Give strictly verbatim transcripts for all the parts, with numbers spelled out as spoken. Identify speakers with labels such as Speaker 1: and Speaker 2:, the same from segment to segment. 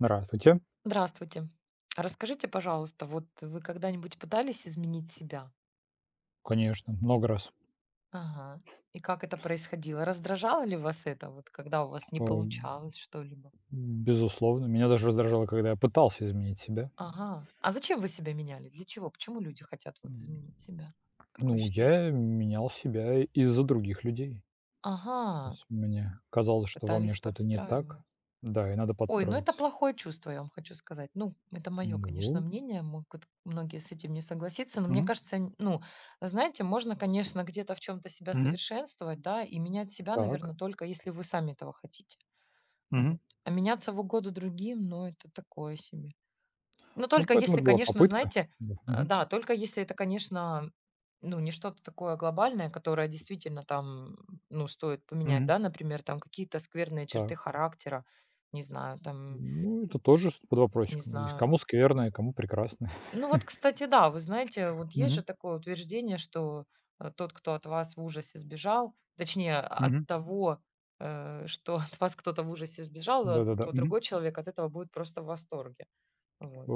Speaker 1: Здравствуйте.
Speaker 2: Здравствуйте. А Расскажите, пожалуйста, вот вы когда-нибудь пытались изменить себя?
Speaker 1: Конечно, много раз.
Speaker 2: Ага. И как это происходило? Раздражало ли вас это, вот когда у вас не
Speaker 1: Э,
Speaker 2: получалось что-либо?
Speaker 1: Безусловно. Меня даже раздражало, когда я пытался изменить себя.
Speaker 2: Ага. А зачем вы себя меняли? Для чего? Почему люди хотят вот
Speaker 1: М,
Speaker 2: изменить себя? Как вы
Speaker 1: ну,
Speaker 2: считаете?
Speaker 1: я менял себя из-за других людей. То
Speaker 2: Ага.
Speaker 1: есть мне казалось, что во мне
Speaker 2: Пытались
Speaker 1: что-то не так.
Speaker 2: подстраиваться.
Speaker 1: Да, и надо
Speaker 2: Ой, ну это
Speaker 1: подстроиться.
Speaker 2: плохое чувство, я вам хочу сказать. Ну, это мое, конечно,
Speaker 1: Ну.
Speaker 2: мнение, могут многие с этим не согласиться, но мне
Speaker 1: Мгм.
Speaker 2: кажется, н- ну, знаете, можно, конечно, где-то в чем-то себя
Speaker 1: Мгм.
Speaker 2: совершенствовать, да, и менять себя,
Speaker 1: Так.
Speaker 2: наверное, только если вы сами этого хотите.
Speaker 1: Мгм.
Speaker 2: Вот. А меняться в угоду другим, ну, это такое себе. Но
Speaker 1: Ну,
Speaker 2: только
Speaker 1: поэтому
Speaker 2: если,
Speaker 1: это была
Speaker 2: конечно,
Speaker 1: попытка.
Speaker 2: знаете,
Speaker 1: Да.
Speaker 2: э,
Speaker 1: Мгм.
Speaker 2: да, только если это, конечно, ну, не что-то такое глобальное, которое действительно там, ну, стоит поменять,
Speaker 1: Мгм.
Speaker 2: да, например, там какие-то скверные
Speaker 1: Так.
Speaker 2: черты характера, не знаю, там
Speaker 1: Ну, это тоже с под
Speaker 2: не
Speaker 1: вопросиком есть.
Speaker 2: знаю.
Speaker 1: Кому скверное, кому прекрасное.
Speaker 2: Ну вот, кстати, да, вы знаете, вот есть
Speaker 1: Мгм.
Speaker 2: же такое утверждение, что э, тот, кто от вас в ужасе сбежал, точнее, от
Speaker 1: Мгм.
Speaker 2: того, э, что от вас кто-то в ужасе сбежал, а
Speaker 1: Да-да-да.
Speaker 2: то другой человек от этого будет просто в восторге. Вот.
Speaker 1: Э,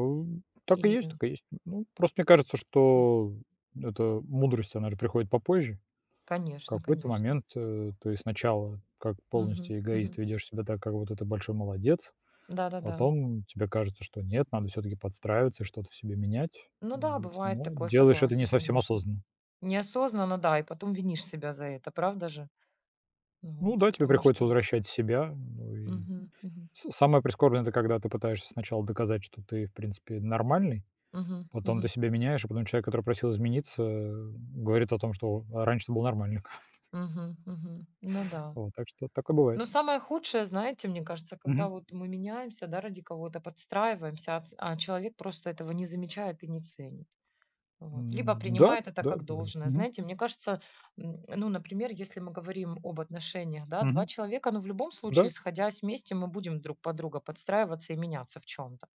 Speaker 1: так и
Speaker 2: И,
Speaker 1: есть, так и есть. Ну, просто мне кажется,
Speaker 2: м,
Speaker 1: что эта мудрость, она же приходит попозже. В
Speaker 2: конечно,
Speaker 1: какой-то
Speaker 2: конечно.
Speaker 1: момент, э, ты сначала как
Speaker 2: Мгм,
Speaker 1: полностью эгоист
Speaker 2: мгм.
Speaker 1: ведешь себя так, как вот это большой молодец.
Speaker 2: Да-да-да.
Speaker 1: Потом тебе кажется, что нет, надо все таки подстраиваться и что-то в себе менять.
Speaker 2: Ну да,
Speaker 1: Вот,
Speaker 2: бывает
Speaker 1: но
Speaker 2: такое,
Speaker 1: делаешь это не
Speaker 2: согласна,
Speaker 1: совсем
Speaker 2: конечно.
Speaker 1: осознанно.
Speaker 2: Неосознанно, да, и потом винишь себя за это, правда же? Вот,
Speaker 1: Ну да, тебе
Speaker 2: потому
Speaker 1: приходится
Speaker 2: что...
Speaker 1: возвращать себя. Ну и
Speaker 2: Мгм, мгм,
Speaker 1: с самое прискорбное — это когда ты пытаешься сначала доказать, что ты, в принципе, нормальный.
Speaker 2: мгм,
Speaker 1: Потом ты
Speaker 2: мгм.
Speaker 1: себя меняешь, а потом человек, который просил измениться, э, говорит о том, что "а раньше ты был нормальным".
Speaker 2: Мгм, мгм. Ну да.
Speaker 1: Вот, так что такое бывает.
Speaker 2: Но самое худшее, знаете, мне кажется, когда
Speaker 1: Мгм.
Speaker 2: вот мы меняемся, да, ради кого-то, подстраиваемся, а ц- а человек просто этого не замечает и не ценит. Вот. Либо
Speaker 1: М, да,
Speaker 2: принимает это
Speaker 1: да,
Speaker 2: как
Speaker 1: бывает.
Speaker 2: должное.
Speaker 1: Мгм.
Speaker 2: Знаете, мне кажется, м, ну, например, если мы говорим об отношениях, да,
Speaker 1: Мгм.
Speaker 2: два человека, ну, в любом случае,
Speaker 1: Да.
Speaker 2: сходясь вместе, мы будем друг под друга подстраиваться и меняться в чем-то.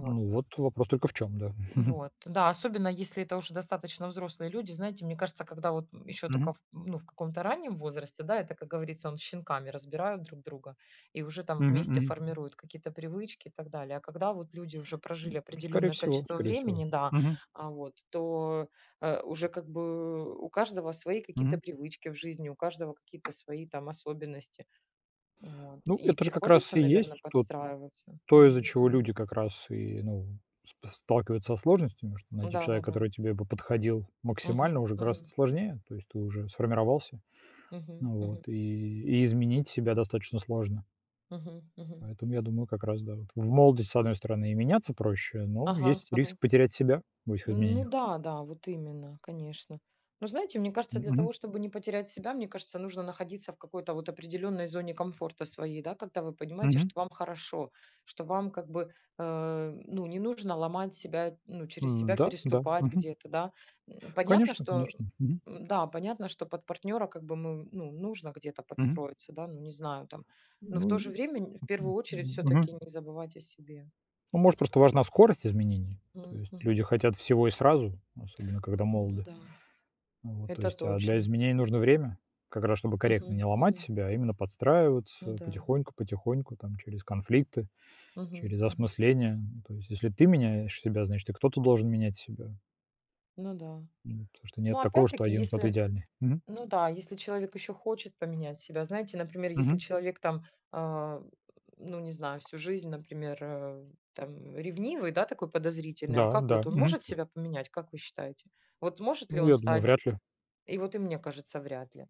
Speaker 1: Ну, вот вопрос только в чем, да.
Speaker 2: Вот, да, особенно если это уже достаточно взрослые люди. Знаете, мне кажется, когда вот еще
Speaker 1: Мгм.
Speaker 2: только в, ну, в каком-то раннем возрасте, да, это, как говорится, он с щенками разбирают друг друга и уже там
Speaker 1: Мгм
Speaker 2: вместе
Speaker 1: мгм.
Speaker 2: формируют какие-то привычки и так далее. А когда вот люди уже прожили
Speaker 1: Скорее
Speaker 2: определенное
Speaker 1: всего,
Speaker 2: количество
Speaker 1: скорее всего.
Speaker 2: времени, да,
Speaker 1: Мгм.
Speaker 2: а вот, то э, уже как бы у каждого свои какие-то
Speaker 1: Мгм.
Speaker 2: привычки в жизни, у каждого какие-то свои там особенности. Вот.
Speaker 1: Ну,
Speaker 2: И
Speaker 1: это же как раз
Speaker 2: приходится,
Speaker 1: и
Speaker 2: наверное,
Speaker 1: есть то
Speaker 2: подстраиваться.
Speaker 1: то,
Speaker 2: Мгм,
Speaker 1: из-за чего
Speaker 2: мгм.
Speaker 1: люди как раз и, ну, с сталкиваются со сложностями, что найти
Speaker 2: Да, да,
Speaker 1: человека,
Speaker 2: да.
Speaker 1: который тебе бы подходил максимально,
Speaker 2: Мгм,
Speaker 1: уже гораздо
Speaker 2: мгм,
Speaker 1: сложнее. То есть ты уже сформировался.
Speaker 2: мгм,
Speaker 1: Вот,
Speaker 2: мгм.
Speaker 1: и и изменить себя достаточно сложно.
Speaker 2: Мгм, мгм.
Speaker 1: Поэтому я думаю, как раз, да, вот в молодости, с одной стороны, и меняться проще, но
Speaker 2: Ага,
Speaker 1: есть
Speaker 2: ага.
Speaker 1: риск потерять себя в этих
Speaker 2: Ну
Speaker 1: изменениях.
Speaker 2: да, да, вот именно, конечно. Но знаете, мне кажется, для
Speaker 1: Мгм.
Speaker 2: того, чтобы не потерять себя, мне кажется, нужно находиться в какой-то вот определенной зоне комфорта своей, да, когда вы понимаете,
Speaker 1: Мгм.
Speaker 2: что вам хорошо, что вам как бы, э, ну, не нужно ломать себя, ну, через
Speaker 1: М,
Speaker 2: себя
Speaker 1: да, да.
Speaker 2: переступать
Speaker 1: Мгм.
Speaker 2: где-то, да. М, Понятно,
Speaker 1: Конечно,
Speaker 2: что,
Speaker 1: конечно. Мгм.
Speaker 2: м, да, понятно, что под партнера как бы мы, ну, нужно где-то
Speaker 1: Мгм.
Speaker 2: подстроиться, да, ну, не знаю, там. Но в
Speaker 1: Ну,
Speaker 2: то же время, н- в
Speaker 1: м,
Speaker 2: первую очередь,
Speaker 1: мгм.
Speaker 2: все-таки не забывать о себе.
Speaker 1: Ну, может, просто важна скорость изменений. То
Speaker 2: Мгм,
Speaker 1: есть
Speaker 2: мгм.
Speaker 1: люди хотят всего и сразу, особенно когда
Speaker 2: Ну
Speaker 1: молоды.
Speaker 2: да,
Speaker 1: Вот, то
Speaker 2: это
Speaker 1: есть, а для
Speaker 2: точно.
Speaker 1: изменений нужно время, как раз чтобы корректно
Speaker 2: Мгм,
Speaker 1: не ломать
Speaker 2: мгм.
Speaker 1: себя, а именно
Speaker 2: Ну
Speaker 1: подстраиваться
Speaker 2: да.
Speaker 1: потихоньку, потихоньку, там, через конфликты.
Speaker 2: Мгм,
Speaker 1: Через
Speaker 2: мгм.
Speaker 1: осмысление. Ну, то есть, если ты меняешь себя, значит, и кто-то должен менять себя.
Speaker 2: Ну да.
Speaker 1: Ну, потому что нет
Speaker 2: Ну
Speaker 1: такого, что
Speaker 2: опять-таки,
Speaker 1: один кто-то
Speaker 2: если,
Speaker 1: идеальный. Мгм.
Speaker 2: ну да, если человек еще хочет поменять себя, знаете, например, если
Speaker 1: Мгм.
Speaker 2: человек там, а, ну не знаю, всю жизнь, например, э, там ревнивый, да, такой подозрительный, а
Speaker 1: Да,
Speaker 2: как
Speaker 1: да.
Speaker 2: вот он
Speaker 1: Мгм.
Speaker 2: может себя поменять, как вы считаете? Вот может ли
Speaker 1: Ну,
Speaker 2: он
Speaker 1: я думаю,
Speaker 2: стать?
Speaker 1: вряд ли.
Speaker 2: И вот и мне кажется, вряд ли.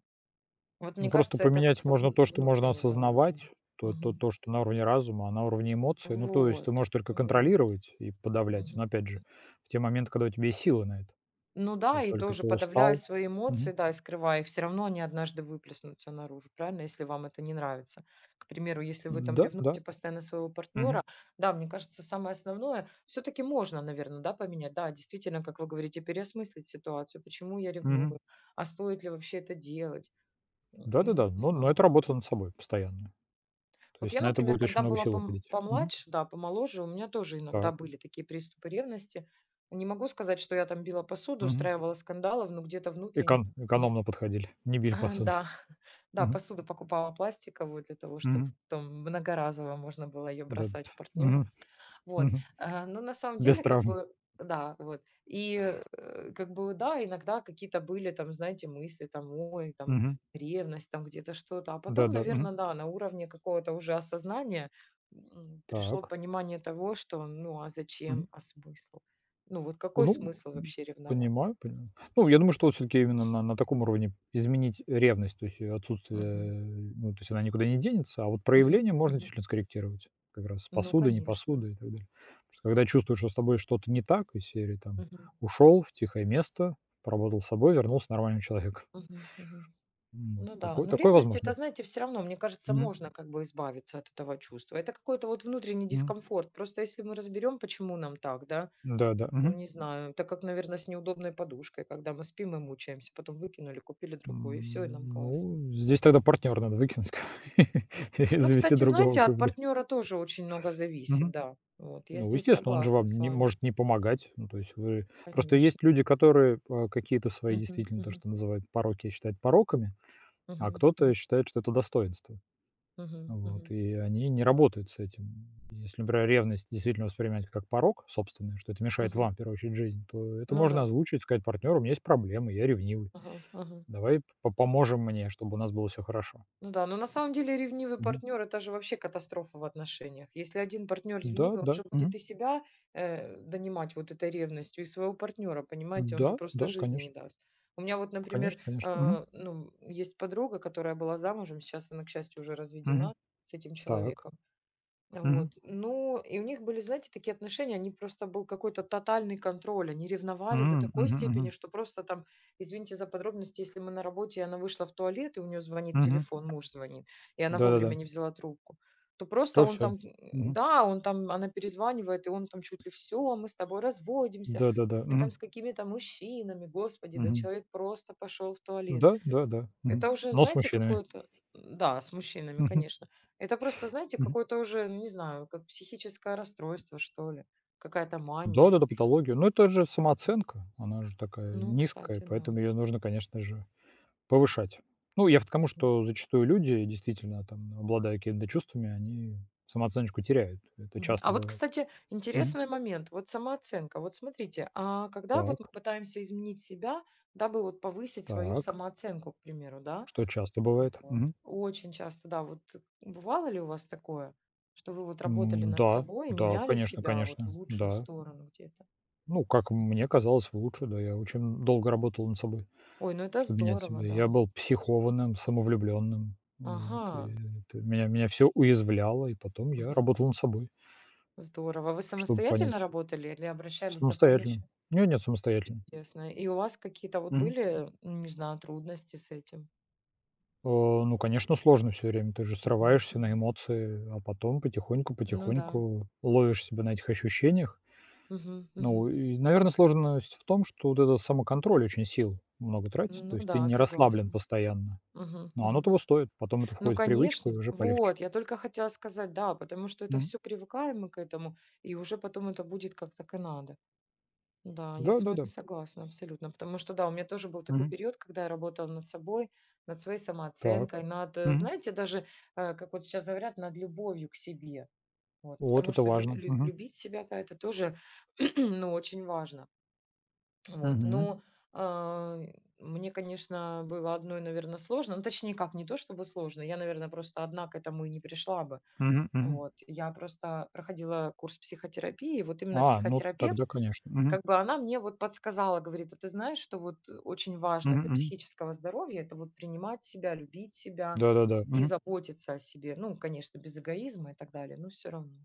Speaker 2: Вот
Speaker 1: Ну,
Speaker 2: мне
Speaker 1: просто
Speaker 2: кажется, это
Speaker 1: поменять
Speaker 2: как-то
Speaker 1: можно
Speaker 2: вн-
Speaker 1: то, что можно
Speaker 2: внутренне заложено.
Speaker 1: осознавать, то то
Speaker 2: Мгм.
Speaker 1: то, что на уровне разума, а на уровне эмоций, ну, то есть
Speaker 2: Вот,
Speaker 1: ты можешь только
Speaker 2: вот.
Speaker 1: контролировать и подавлять,
Speaker 2: Мгм.
Speaker 1: но, опять же, в те моменты, когда у тебя есть силы на это.
Speaker 2: Ну
Speaker 1: Как
Speaker 2: да, и
Speaker 1: только
Speaker 2: тоже
Speaker 1: ты
Speaker 2: подавляя
Speaker 1: устал.
Speaker 2: свои
Speaker 1: Мгм.
Speaker 2: эмоции, да, и скрывая их, все равно они однажды выплеснутся наружу, правильно, если вам это не нравится. К примеру, если вы там
Speaker 1: Да, да.
Speaker 2: ревнуете постоянно своего
Speaker 1: Мгм.
Speaker 2: партнера, да, мне кажется, самое основное, все-таки можно, наверное, да, поменять, да, действительно, как вы говорите, переосмыслить ситуацию, почему я ревную,
Speaker 1: Мгм.
Speaker 2: а стоит ли вообще это делать. М, ну,
Speaker 1: Да-да-да.
Speaker 2: не
Speaker 1: Но но это
Speaker 2: знаю.
Speaker 1: работа над собой постоянная. То
Speaker 2: Вот
Speaker 1: есть
Speaker 2: я,
Speaker 1: на это
Speaker 2: например,
Speaker 1: будет очень
Speaker 2: когда
Speaker 1: много
Speaker 2: была
Speaker 1: сил
Speaker 2: пом
Speaker 1: уходить. Мгм.
Speaker 2: помладше, да, помоложе, у меня тоже иногда
Speaker 1: Так.
Speaker 2: были такие приступы ревности. Не могу сказать, что я там била посуду,
Speaker 1: Мгм.
Speaker 2: устраивала скандалов, но где-то внутренне
Speaker 1: Экон
Speaker 2: мне
Speaker 1: экономно подходили, не били посуду.
Speaker 2: да, да,
Speaker 1: Мгм.
Speaker 2: посуду покупала пластиковую для того, чтобы
Speaker 1: Мгм.
Speaker 2: потом многоразово можно было ее бросать
Speaker 1: Да-да.
Speaker 2: в партнера.
Speaker 1: Мгм.
Speaker 2: Вот,
Speaker 1: Мгм.
Speaker 2: э, но на самом
Speaker 1: Без
Speaker 2: деле, как
Speaker 1: травм.
Speaker 2: бы, да, вот. И, э, как бы, да, иногда какие-то были там, знаете, мысли там, ой, там,
Speaker 1: Мгм.
Speaker 2: ревность, там где-то что-то. А потом,
Speaker 1: Да-да. Мгм.
Speaker 2: наверное, да, на уровне какого-то уже осознания м, пришло
Speaker 1: Так.
Speaker 2: понимание того, что, ну, а
Speaker 1: Мгм.
Speaker 2: зачем, а смысл? Ну, вот какой
Speaker 1: Ну,
Speaker 2: смысл
Speaker 1: м,
Speaker 2: вообще ревновать?
Speaker 1: понимаю, понимаю. Ну, я думаю, что все таки именно на на таком уровне изменить ревность, то есть её
Speaker 2: Мгм.
Speaker 1: отсутствие, ну, то есть она никуда не денется, а вот
Speaker 2: Мгм.
Speaker 1: проявление можно
Speaker 2: Мгм.
Speaker 1: действительно скорректировать. Как раз с
Speaker 2: Ну,
Speaker 1: посудой, не
Speaker 2: конечно.
Speaker 1: посудой и так далее. Потому что когда чувствуешь, что с тобой что-то не так, из серии там:
Speaker 2: Мгм.
Speaker 1: ушел в тихое место, поработал с собой, вернулся нормальным человеком.
Speaker 2: Мгм. Мгм.
Speaker 1: М, вот
Speaker 2: Ну да,
Speaker 1: такое
Speaker 2: ну
Speaker 1: такое
Speaker 2: ревность
Speaker 1: возможно.
Speaker 2: это, знаете, все равно, мне кажется,
Speaker 1: Мгм,
Speaker 2: можно как бы избавиться от этого чувства. Это какой-то вот внутренний
Speaker 1: мгм.
Speaker 2: дискомфорт. Просто если мы разберем, почему нам так, да,
Speaker 1: Да-да,
Speaker 2: ну
Speaker 1: мгм.
Speaker 2: не знаю, так как, наверное, с неудобной подушкой, когда мы спим и мучаемся, потом выкинули, купили другую, и все, и нам
Speaker 1: М,
Speaker 2: классно.
Speaker 1: ну, здесь тогда партнёра надо выкинуть или
Speaker 2: Ну,
Speaker 1: завести
Speaker 2: кстати,
Speaker 1: другого,
Speaker 2: знаете,
Speaker 1: как
Speaker 2: от
Speaker 1: бы, да.
Speaker 2: партнера тоже очень много зависит,
Speaker 1: Мгм.
Speaker 2: да. Вот, я
Speaker 1: Ну,
Speaker 2: здесь
Speaker 1: естественно, он же
Speaker 2: согласна
Speaker 1: вам
Speaker 2: с
Speaker 1: не
Speaker 2: вами,
Speaker 1: может не помогать. Ну, то есть вы просто
Speaker 2: конечно.
Speaker 1: есть люди, которые, а, какие-то свои
Speaker 2: Мгм,
Speaker 1: действительно то,
Speaker 2: мгм,
Speaker 1: что называют пороки, считают пороками, а
Speaker 2: мгм,
Speaker 1: кто-то
Speaker 2: мгм,
Speaker 1: считает, что это достоинство.
Speaker 2: мгм,
Speaker 1: Вот,
Speaker 2: мгм.
Speaker 1: и они не работают с этим. Если, например, ревность действительно воспринимать как порок собственный, что это мешает вам, в первую очередь, в жизни, то это
Speaker 2: Ну
Speaker 1: можно
Speaker 2: да,
Speaker 1: озвучить, сказать партнеру: "У меня есть проблемы, я ревнивый".
Speaker 2: ага, ага.
Speaker 1: Давай по поможем мне, чтобы у нас было все хорошо.
Speaker 2: Ну да, но на самом деле ревнивый
Speaker 1: Мгм.
Speaker 2: партнер — это же вообще катастрофа в отношениях. Если один партнер
Speaker 1: Да,
Speaker 2: ревнивый, он
Speaker 1: да.
Speaker 2: же
Speaker 1: Мгм.
Speaker 2: будет и себя э, донимать вот этой ревностью, и своего партнера, понимаете, он
Speaker 1: Да,
Speaker 2: же просто
Speaker 1: да,
Speaker 2: жизни не
Speaker 1: конечно.
Speaker 2: даст. У меня вот, например,
Speaker 1: Конечно, конечно. Мгм.
Speaker 2: э, ну, есть подруга, которая была замужем, сейчас она, к счастью, уже
Speaker 1: Мгм.
Speaker 2: разведена с этим
Speaker 1: Так.
Speaker 2: человеком. Вот.
Speaker 1: Мгм.
Speaker 2: Ну, и у них были, знаете, такие отношения, они просто был какой-то тотальный контроль, они ревновали до
Speaker 1: М.
Speaker 2: такой
Speaker 1: Мгм,
Speaker 2: степени,
Speaker 1: мгм.
Speaker 2: что просто там, извините за подробности, если мы на работе, и она вышла в туалет, и у нее звонит
Speaker 1: Мгм.
Speaker 2: телефон, муж звонит, и она вовремя
Speaker 1: Да-да-да.
Speaker 2: не взяла трубку, то просто
Speaker 1: То
Speaker 2: он
Speaker 1: все.
Speaker 2: там, м,
Speaker 1: Мгм.
Speaker 2: да, он там, она перезванивает, и он там чуть ли все, мы с тобой разводимся,
Speaker 1: Да-да-да.
Speaker 2: и там
Speaker 1: Мгм.
Speaker 2: с какими-то мужчинами, господи, да
Speaker 1: Мгм.
Speaker 2: человек просто пошел в туалет.
Speaker 1: Да, да, да. Мгм.
Speaker 2: Это уже,
Speaker 1: Но с
Speaker 2: знаете,
Speaker 1: мужчинами.
Speaker 2: какое-то Да, с мужчинами,
Speaker 1: Мгм.
Speaker 2: конечно. Это просто, знаете,
Speaker 1: Мгм.
Speaker 2: какое-то уже, ну, не знаю, как психическое расстройство, что ли, какая-то мания.
Speaker 1: Да-да-да, патология. Ну, это же самооценка, она же такая
Speaker 2: Ну,
Speaker 1: низкая,
Speaker 2: кстати,
Speaker 1: поэтому
Speaker 2: да.
Speaker 1: ее нужно, конечно же, повышать. Ну, я вот к тому,
Speaker 2: М.
Speaker 1: что зачастую люди, действительно, там, обладая какими-то чувствами, они самооценочку теряют. Это
Speaker 2: Мгм. А
Speaker 1: часто
Speaker 2: вот,
Speaker 1: бывает.
Speaker 2: кстати,
Speaker 1: Мгм.
Speaker 2: интересный момент. Вот самооценка. Вот смотрите, а когда вот мы
Speaker 1: Так,
Speaker 2: пытаемся изменить себя, дабы вот повысить свою
Speaker 1: так.
Speaker 2: самооценку, к примеру, да?
Speaker 1: Что часто бывает?
Speaker 2: Вот.
Speaker 1: Мгм.
Speaker 2: Очень часто, да. Вот бывало ли у вас такое, что вы вот работали
Speaker 1: М,
Speaker 2: над
Speaker 1: да,
Speaker 2: собой и
Speaker 1: да,
Speaker 2: меняли
Speaker 1: конечно,
Speaker 2: себя вот в
Speaker 1: конечно,
Speaker 2: лучшую
Speaker 1: да.
Speaker 2: сторону где-то?
Speaker 1: Ну, как мне казалось, лучше, да. Я очень долго работал над собой,
Speaker 2: Ой, ну это
Speaker 1: чтобы менять
Speaker 2: здорово,
Speaker 1: себя. Я
Speaker 2: да.
Speaker 1: был психованным, самовлюбленным. Вот, и
Speaker 2: Ага,
Speaker 1: это меня меня все уязвляло, и потом я
Speaker 2: мгм.
Speaker 1: работал над собой,
Speaker 2: Здорово. Вы
Speaker 1: чтобы
Speaker 2: самостоятельно
Speaker 1: понять.
Speaker 2: работали или обращались за
Speaker 1: Самостоятельно.
Speaker 2: помощью?
Speaker 1: Не, нет, самостоятельно.
Speaker 2: Интересно. И у вас какие-то вот были, м, не знаю, трудности с этим?
Speaker 1: Э, ну, конечно, сложно все время. Ты же
Speaker 2: Мгм,
Speaker 1: срываешься на
Speaker 2: мгм.
Speaker 1: эмоции, а потом
Speaker 2: Ну да.
Speaker 1: потихоньку-потихоньку ловишь себя на этих ощущениях.
Speaker 2: Мгм,
Speaker 1: Ну,
Speaker 2: мгм.
Speaker 1: и, наверное, сложность в том, что вот этот самоконтроль очень сил много тратит. То
Speaker 2: Ну
Speaker 1: есть ты
Speaker 2: да,
Speaker 1: не расслаблен
Speaker 2: согласна.
Speaker 1: постоянно,
Speaker 2: Мгм,
Speaker 1: но оно
Speaker 2: мгм.
Speaker 1: того стоит. Потом это
Speaker 2: Ну,
Speaker 1: входит в привычку, и
Speaker 2: конечно.
Speaker 1: уже полегче.
Speaker 2: Вот, я только хотела сказать, да, потому что это
Speaker 1: Мгм.
Speaker 2: все привыкаем мы к этому, и уже потом это будет как то и надо. Да, я с вами
Speaker 1: Да-да-да.
Speaker 2: согласна абсолютно, потому что, да, у меня тоже был такой
Speaker 1: Мгм.
Speaker 2: период, когда я работала над собой, над своей
Speaker 1: Так.
Speaker 2: самооценкой, над, э,
Speaker 1: Мгм.
Speaker 2: знаете, даже, э, как вот сейчас говорят, над любовью к себе. Вот,
Speaker 1: Вот
Speaker 2: потому
Speaker 1: это
Speaker 2: что лю-
Speaker 1: важно.
Speaker 2: лю-
Speaker 1: Мгм.
Speaker 2: любить себя, да, это тоже, ну, очень важно. Вот,
Speaker 1: Мгм.
Speaker 2: но а, мне, конечно, было одной, наверное, сложно, ну, точнее, как, не то чтобы сложно, я, наверное, просто одна к этому и не пришла бы.
Speaker 1: Мгм. Мгм.
Speaker 2: Вот, я просто проходила курс психотерапии, вот именно
Speaker 1: А, ну
Speaker 2: психотерапевт,
Speaker 1: тогда, конечно. Мгм.
Speaker 2: как бы она мне вот подсказала, говорит: "А ты знаешь, что вот очень важно
Speaker 1: Мгм.
Speaker 2: для
Speaker 1: Мгм.
Speaker 2: психического здоровья — это вот принимать себя, любить себя
Speaker 1: Да-да-да.
Speaker 2: и заботиться о себе". Ну, конечно, без эгоизма и так далее, но все равно.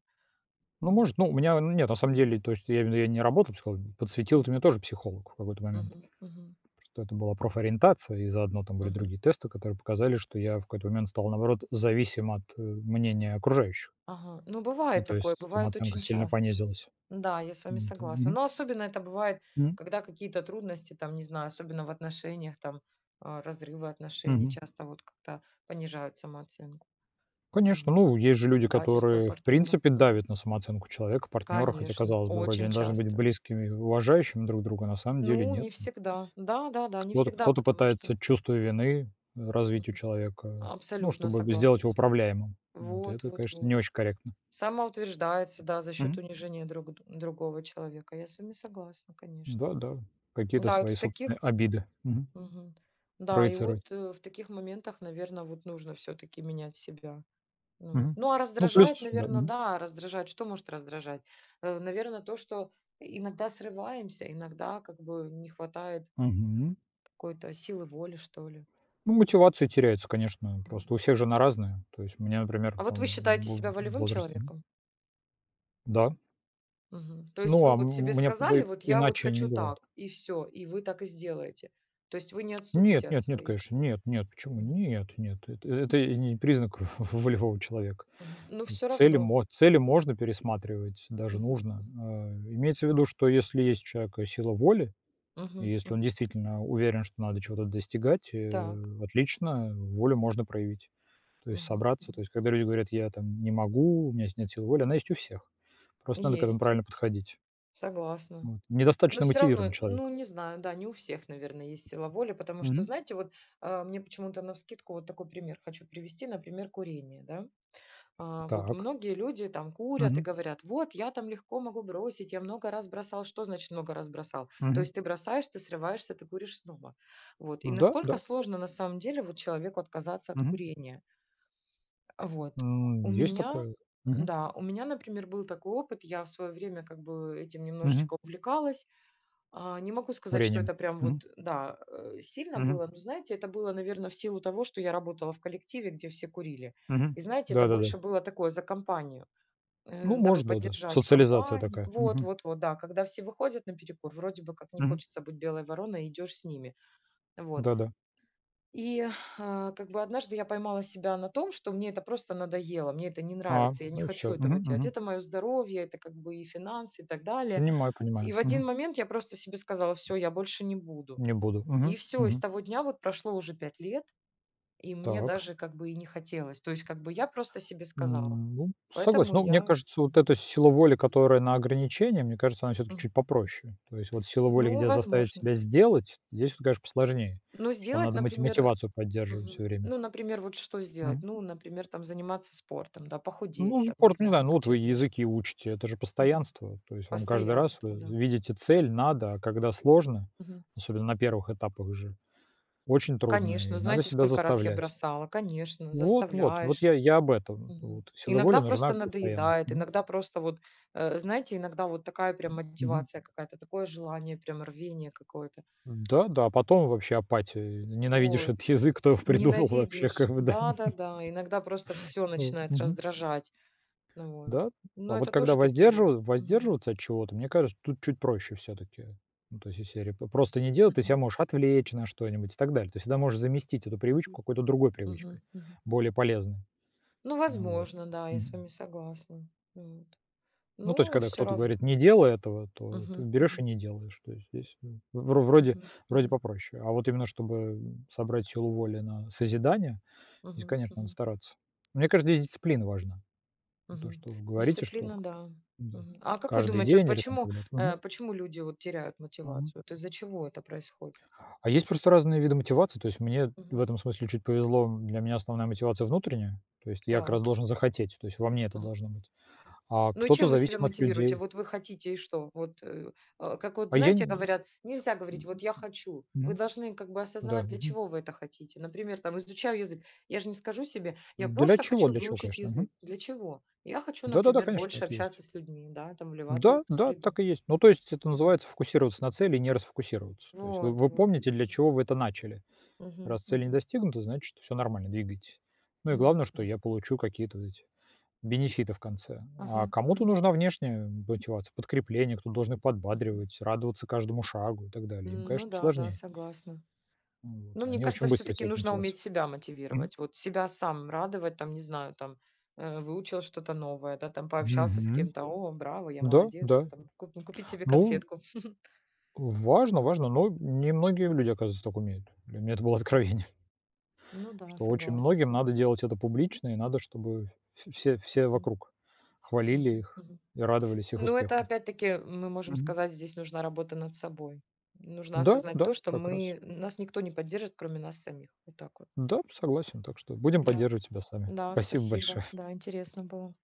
Speaker 1: Ну,
Speaker 2: Вот.
Speaker 1: может, ну, у меня нет, на самом
Speaker 2: Мгм.
Speaker 1: деле, то есть я имею в виду, я не работал психологом, подсветил это
Speaker 2: Мгм.
Speaker 1: мне тоже психолог в какой-то момент.
Speaker 2: Мгм. Мгм.
Speaker 1: Просто это была профориентация, и заодно там были
Speaker 2: Мгм.
Speaker 1: другие тесты, которые показали, что я в какой-то момент стал, наоборот, зависим от э, мнения окружающих.
Speaker 2: Ага. Ну,
Speaker 1: И
Speaker 2: бывает
Speaker 1: то
Speaker 2: такое,
Speaker 1: есть
Speaker 2: бывает
Speaker 1: самооценка
Speaker 2: очень
Speaker 1: сильно
Speaker 2: часто.
Speaker 1: понизилась.
Speaker 2: Да, я с вами
Speaker 1: М, это —
Speaker 2: согласна.
Speaker 1: мгм.
Speaker 2: Но особенно это бывает,
Speaker 1: М,
Speaker 2: когда какие-то трудности, там, не знаю, особенно в отношениях, там, а, разрывы отношений
Speaker 1: мгм.
Speaker 2: часто вот как-то понижают самооценку.
Speaker 1: Конечно,
Speaker 2: Вот.
Speaker 1: ну, есть же люди,
Speaker 2: Предательство
Speaker 1: которые, в
Speaker 2: партнера.
Speaker 1: принципе,
Speaker 2: Мгм.
Speaker 1: давят на самооценку человека, партнера, хотя,
Speaker 2: Конечно,
Speaker 1: казалось бы, вроде
Speaker 2: очень
Speaker 1: они должны быть
Speaker 2: часто.
Speaker 1: близкими, уважающими друг друга, на самом деле
Speaker 2: Ну,
Speaker 1: нет.
Speaker 2: не всегда. Да-да-да, не
Speaker 1: Кто-то
Speaker 2: всегда,
Speaker 1: кто-то
Speaker 2: потому что
Speaker 1: пытается чувство вины развить у
Speaker 2: мгм.
Speaker 1: человека, ну,
Speaker 2: Абсолютно
Speaker 1: чтобы сделать
Speaker 2: согласна
Speaker 1: его
Speaker 2: с вами.
Speaker 1: управляемым. Вот и
Speaker 2: Вот,
Speaker 1: это,
Speaker 2: вот,
Speaker 1: конечно,
Speaker 2: вот.
Speaker 1: не очень корректно.
Speaker 2: Самоутверждается, да, за счет
Speaker 1: Мгм.
Speaker 2: унижения друг д другого человека. Я с вами согласна, конечно.
Speaker 1: Да-да, какие-то
Speaker 2: Да, вот
Speaker 1: свои
Speaker 2: в
Speaker 1: собственные
Speaker 2: таких
Speaker 1: обиды, мгм,
Speaker 2: Мгм. Да, и
Speaker 1: проецировать.
Speaker 2: вот, э, в таких моментах, наверное, вот нужно все таки менять себя. Ну вот.
Speaker 1: Мгм.
Speaker 2: Ну, а
Speaker 1: Ну, плюс,
Speaker 2: раздражает,
Speaker 1: да,
Speaker 2: наверное,
Speaker 1: мгм,
Speaker 2: да, раздражает. Что может раздражать? Наверное, то, что иногда срываемся, иногда как бы не хватает
Speaker 1: мгм.
Speaker 2: какой-то силы воли, что ли.
Speaker 1: Ну, мотивация теряется, конечно,
Speaker 2: Мгм.
Speaker 1: просто у всех же она разная. То есть мне, например,
Speaker 2: А вот вы
Speaker 1: там в
Speaker 2: считаете себя
Speaker 1: в в
Speaker 2: волевым
Speaker 1: возрасте.
Speaker 2: человеком?
Speaker 1: Да.
Speaker 2: Мгм. То есть
Speaker 1: Ну, а
Speaker 2: вы
Speaker 1: м
Speaker 2: вот себе
Speaker 1: у меня
Speaker 2: сказали: "Вот я вот
Speaker 1: иначе не
Speaker 2: хочу
Speaker 1: бывает.
Speaker 2: так". И все, и вы так и сделаете. То есть вы не
Speaker 1: Нет
Speaker 2: отступите от
Speaker 1: нет нет,
Speaker 2: своей
Speaker 1: конечно,
Speaker 2: какой-то.
Speaker 1: нет нет, почему?
Speaker 2: Мгм.
Speaker 1: Нет нет, это это и не признак волевого человека.
Speaker 2: Мгм. Но
Speaker 1: З
Speaker 2: всё
Speaker 1: Цели
Speaker 2: равно.
Speaker 1: мо цели можно пересматривать, даже
Speaker 2: Мгм.
Speaker 1: нужно.
Speaker 2: Мгм.
Speaker 1: Э, имеется в виду, что если есть у человека сила воли, и
Speaker 2: Мгм.
Speaker 1: если
Speaker 2: Мгм.
Speaker 1: он действительно уверен, что надо чего-то достигать,
Speaker 2: Так.
Speaker 1: э, отлично, волю можно проявить. То есть
Speaker 2: Мгм.
Speaker 1: собраться. То
Speaker 2: Мгм.
Speaker 1: есть когда люди говорят: "Я там не могу, у меня нет силы воли", она есть у всех. Просто надо к этому
Speaker 2: Есть.
Speaker 1: правильно подходить.
Speaker 2: Согласна.
Speaker 1: Вот.
Speaker 2: Но
Speaker 1: Недостаточно
Speaker 2: все
Speaker 1: мотивирован
Speaker 2: равно,
Speaker 1: человек.
Speaker 2: ну, не знаю, да, не у всех, наверное, есть сила воли, потому что,
Speaker 1: Мгм.
Speaker 2: знаете, вот, а, мне почему-то навскидку вот такой пример хочу привести, например, курение, да. А, вот
Speaker 1: Так.
Speaker 2: многие люди там курят и
Speaker 1: Мгм.
Speaker 2: говорят: "Вот, я там легко могу бросить, я много раз бросал". Что значит много раз бросал? То
Speaker 1: Мгм.
Speaker 2: есть ты бросаешь, ты срываешься, ты куришь снова. Вот. И
Speaker 1: Да,
Speaker 2: насколько
Speaker 1: да.
Speaker 2: сложно на самом деле вот человеку отказаться от
Speaker 1: Мгм.
Speaker 2: курения. Вот.
Speaker 1: М,
Speaker 2: У
Speaker 1: есть
Speaker 2: меня
Speaker 1: такое. Мгм.
Speaker 2: да, у меня, например, был такой опыт. Я в свое время как бы этим
Speaker 1: Мгм.
Speaker 2: немножечко увлекалась, а, не могу сказать, что
Speaker 1: Курением.
Speaker 2: это прям
Speaker 1: Мгм.
Speaker 2: вот, да, э, сильно
Speaker 1: Мгм.
Speaker 2: было, но, знаете, это было, наверное, в силу того, что я работала в коллективе, где все курили.
Speaker 1: Мгм.
Speaker 2: И, знаете, это больше
Speaker 1: Да-да-да.
Speaker 2: было такое за компанию, э,
Speaker 1: Ну,
Speaker 2: дабы
Speaker 1: может, да-да.
Speaker 2: поддержать
Speaker 1: Социализация
Speaker 2: компанию.
Speaker 1: такая.
Speaker 2: Вот,
Speaker 1: Мгм.
Speaker 2: вот, вот, да, когда все выходят на перекур, вроде бы как не
Speaker 1: Мгм.
Speaker 2: хочется быть белой вороной, идешь с ними. Вот.
Speaker 1: Да-да.
Speaker 2: И а, как бы однажды я поймала себя на том, что мне это просто надоело, мне это не
Speaker 1: А,
Speaker 2: нравится, я не
Speaker 1: ну и
Speaker 2: хочу
Speaker 1: все.
Speaker 2: этого делать. Это мое здоровье, это как бы и финансы и так далее.
Speaker 1: Понимаю,
Speaker 2: И
Speaker 1: понимаю.
Speaker 2: в один
Speaker 1: Мгм.
Speaker 2: момент я просто себе сказала, все, я больше не буду.
Speaker 1: Не буду.
Speaker 2: И
Speaker 1: Мгм.
Speaker 2: все, и с
Speaker 1: Мгм.
Speaker 2: того дня вот прошло уже пять лет, и мне
Speaker 1: Так.
Speaker 2: даже как бы и не хотелось. То есть как бы я просто себе сказала.
Speaker 1: М, ну, согласен.
Speaker 2: Поэтому
Speaker 1: Ну, мне
Speaker 2: я
Speaker 1: кажется, вот
Speaker 2: мгм,
Speaker 1: эта сила воли, которая на ограничение, мне кажется, она все таки
Speaker 2: мгм.
Speaker 1: чуть попроще. То есть вот сила воли,
Speaker 2: Ну,
Speaker 1: где заставить
Speaker 2: возможно.
Speaker 1: себя сделать, здесь вот, конечно, посложнее.
Speaker 2: Ну
Speaker 1: Потому что там
Speaker 2: сделать,
Speaker 1: надо мати
Speaker 2: например,
Speaker 1: мотивацию поддерживать все
Speaker 2: мгм.
Speaker 1: время.
Speaker 2: Ну, например, вот что сделать? Ну, например, там заниматься спортом, да, похудеть,
Speaker 1: Ну,
Speaker 2: там, не
Speaker 1: спорт, не
Speaker 2: знаю,
Speaker 1: знаю, ну вот вы
Speaker 2: накачать мышцы.
Speaker 1: языки учите, это же
Speaker 2: Мгм.
Speaker 1: постоянство. То есть вам каждый раз вы
Speaker 2: Постоянство, да.
Speaker 1: видите цель, надо, а когда сложно,
Speaker 2: Мгм.
Speaker 1: особенно на первых этапах же, очень трудно,
Speaker 2: Конечно,
Speaker 1: и надо
Speaker 2: знаете,
Speaker 1: себя
Speaker 2: сколько раз я
Speaker 1: заставлять.
Speaker 2: бросала? Конечно,
Speaker 1: Вот, вот, вот
Speaker 2: заставляешь.
Speaker 1: я, я об этом.
Speaker 2: Мгм.
Speaker 1: Вот. Сила воли
Speaker 2: Иногда просто
Speaker 1: нужна постоянно.
Speaker 2: надоедает,
Speaker 1: Мгм.
Speaker 2: иногда просто вот, э, знаете, иногда вот такая прям
Speaker 1: Мгм.
Speaker 2: мотивация какая-то, такое желание, прям рвение какое-то.
Speaker 1: Да, да, а потом вообще апатия. Ненавидишь
Speaker 2: Вот.
Speaker 1: этот язык, кто его придумал вообще, как
Speaker 2: Ненавидишь.
Speaker 1: бы, да.
Speaker 2: Да-да-да. Иногда просто все
Speaker 1: Вот.
Speaker 2: начинает
Speaker 1: Мгм.
Speaker 2: раздражать. Ну вот.
Speaker 1: Да. А
Speaker 2: Но
Speaker 1: вот
Speaker 2: это
Speaker 1: когда
Speaker 2: тоже такие вот.
Speaker 1: воздержив
Speaker 2: Мгм.
Speaker 1: воздерживаться от чего-то, мне кажется, тут чуть проще все таки. Ну, то есть из серии п просто не делать, ты себя
Speaker 2: Мгм.
Speaker 1: можешь отвлечь на что-нибудь и так далее. Ты всегда можешь заместить эту привычку какой-то другой привычкой,
Speaker 2: Мгм. Мгм.
Speaker 1: более полезной.
Speaker 2: Ну,
Speaker 1: Ну вот.
Speaker 2: возможно, да, я с
Speaker 1: Мгм.
Speaker 2: вами согласна. Вот.
Speaker 1: Ну, то есть,
Speaker 2: Ну,
Speaker 1: когда
Speaker 2: все
Speaker 1: кто-то говорит:
Speaker 2: равно.
Speaker 1: "Не делай этого", то ты
Speaker 2: Мгм.
Speaker 1: берешь и
Speaker 2: Мгм.
Speaker 1: не делаешь. То есть здесь м, вро вроде
Speaker 2: Мгм.
Speaker 1: вроде
Speaker 2: Мгм.
Speaker 1: попроще. А вот именно чтобы собрать силу воли на созидание, здесь,
Speaker 2: Мгм.
Speaker 1: конечно, надо
Speaker 2: Мгм.
Speaker 1: стараться. Мне кажется, здесь дисциплина важна. То,
Speaker 2: Мгм.
Speaker 1: что вы говорите, что.
Speaker 2: Дисциплина, да.
Speaker 1: Да.
Speaker 2: Мгм. А как вы
Speaker 1: Каждый
Speaker 2: думаете, вот
Speaker 1: день или там
Speaker 2: почему,
Speaker 1: когда-то. Мгм.
Speaker 2: э, почему люди вот теряют
Speaker 1: Мгм.
Speaker 2: мотивацию? Вот из-за чего это происходит?
Speaker 1: А есть просто разные виды мотивации. То есть мне в
Speaker 2: Мгм.
Speaker 1: этом смысле чуть повезло. Для меня основная мотивация внутренняя. То есть я как раз
Speaker 2: Так.
Speaker 1: должен захотеть. То есть во мне это
Speaker 2: Ага.
Speaker 1: должно быть. А
Speaker 2: Ну и
Speaker 1: кто-то
Speaker 2: чем вы себя
Speaker 1: зависим от
Speaker 2: мотивируете?
Speaker 1: людей.
Speaker 2: Вот вы хотите и что? Вот э, а, как вот
Speaker 1: А я
Speaker 2: знаете,
Speaker 1: не.
Speaker 2: говорят, нельзя говорить, вот я хочу. Вы
Speaker 1: Мгм.
Speaker 2: должны как бы
Speaker 1: Да.
Speaker 2: осознавать, для
Speaker 1: Мгм.
Speaker 2: чего вы это хотите. Например, там изучаю язык. Я же не скажу себе, я
Speaker 1: Для
Speaker 2: просто
Speaker 1: чего?
Speaker 2: хочу
Speaker 1: Для чего,
Speaker 2: выучить
Speaker 1: конечно. Мгм.
Speaker 2: язык. Для чего? Я хочу,
Speaker 1: Да-да-да,
Speaker 2: например,
Speaker 1: конечно,
Speaker 2: больше
Speaker 1: это есть.
Speaker 2: общаться с людьми, да, там вливаться в
Speaker 1: Да,
Speaker 2: эту
Speaker 1: да,
Speaker 2: среду.
Speaker 1: так и есть. Ну, то есть это
Speaker 2: Мгм.
Speaker 1: называется фокусироваться на цели и не расфокусироваться. То есть вы,
Speaker 2: Вот,
Speaker 1: вы
Speaker 2: вот.
Speaker 1: помните, для чего вы это начали.
Speaker 2: Мгм.
Speaker 1: Раз цель не
Speaker 2: Мгм.
Speaker 1: достигнута, значит, все нормально, двигайтесь. Ну и
Speaker 2: Ну
Speaker 1: главное, что
Speaker 2: да.
Speaker 1: я получу какие-то вот эти бенефита в конце. А
Speaker 2: Ага,
Speaker 1: кому-то
Speaker 2: ага.
Speaker 1: нужна внешняя мотивация, подкрепление, кто-то должен их
Speaker 2: Мгм.
Speaker 1: подбадривать, радоваться каждому шагу и так далее. Им,
Speaker 2: Ну
Speaker 1: конечно,
Speaker 2: да, да,
Speaker 1: посложнее.
Speaker 2: согласна.
Speaker 1: Вот.
Speaker 2: Ну, мне
Speaker 1: Они очень
Speaker 2: кажется,
Speaker 1: быстро
Speaker 2: все-таки
Speaker 1: теряют
Speaker 2: нужно
Speaker 1: мотивацию.
Speaker 2: уметь себя
Speaker 1: Мгм.
Speaker 2: мотивировать. Вот себя сам радовать, там, не знаю, там, э, выучил что-то новое, да, там, пообщался с
Speaker 1: Мгм.
Speaker 2: кем-то, о, браво, я
Speaker 1: Да,
Speaker 2: молодец,
Speaker 1: да.
Speaker 2: там, куп- ну, купить себе
Speaker 1: Ну,
Speaker 2: конфетку.
Speaker 1: важно, важно, но немногие люди, оказывается, так умеют. Для меня это было
Speaker 2: М,
Speaker 1: откровение,
Speaker 2: Ну да,
Speaker 1: что очень
Speaker 2: согласна с
Speaker 1: многим надо
Speaker 2: вами.
Speaker 1: делать это публично, и надо, чтобы в- все, все
Speaker 2: М,
Speaker 1: вокруг хвалили
Speaker 2: мгм,
Speaker 1: их
Speaker 2: мгм.
Speaker 1: и радовались их
Speaker 2: Ну, это
Speaker 1: успехам.
Speaker 2: опять-таки, мы можем
Speaker 1: Мгм.
Speaker 2: сказать, здесь нужна работа над собой. Нужно
Speaker 1: Да,
Speaker 2: осознать
Speaker 1: да,
Speaker 2: то, что
Speaker 1: как раз.
Speaker 2: мы, нас никто не поддержит, кроме нас самих. Вот так вот.
Speaker 1: Да, согласен, так что будем
Speaker 2: Да.
Speaker 1: поддерживать тебя сами.
Speaker 2: Да,
Speaker 1: Спасибо
Speaker 2: спасибо.
Speaker 1: большое.
Speaker 2: Да, интересно было.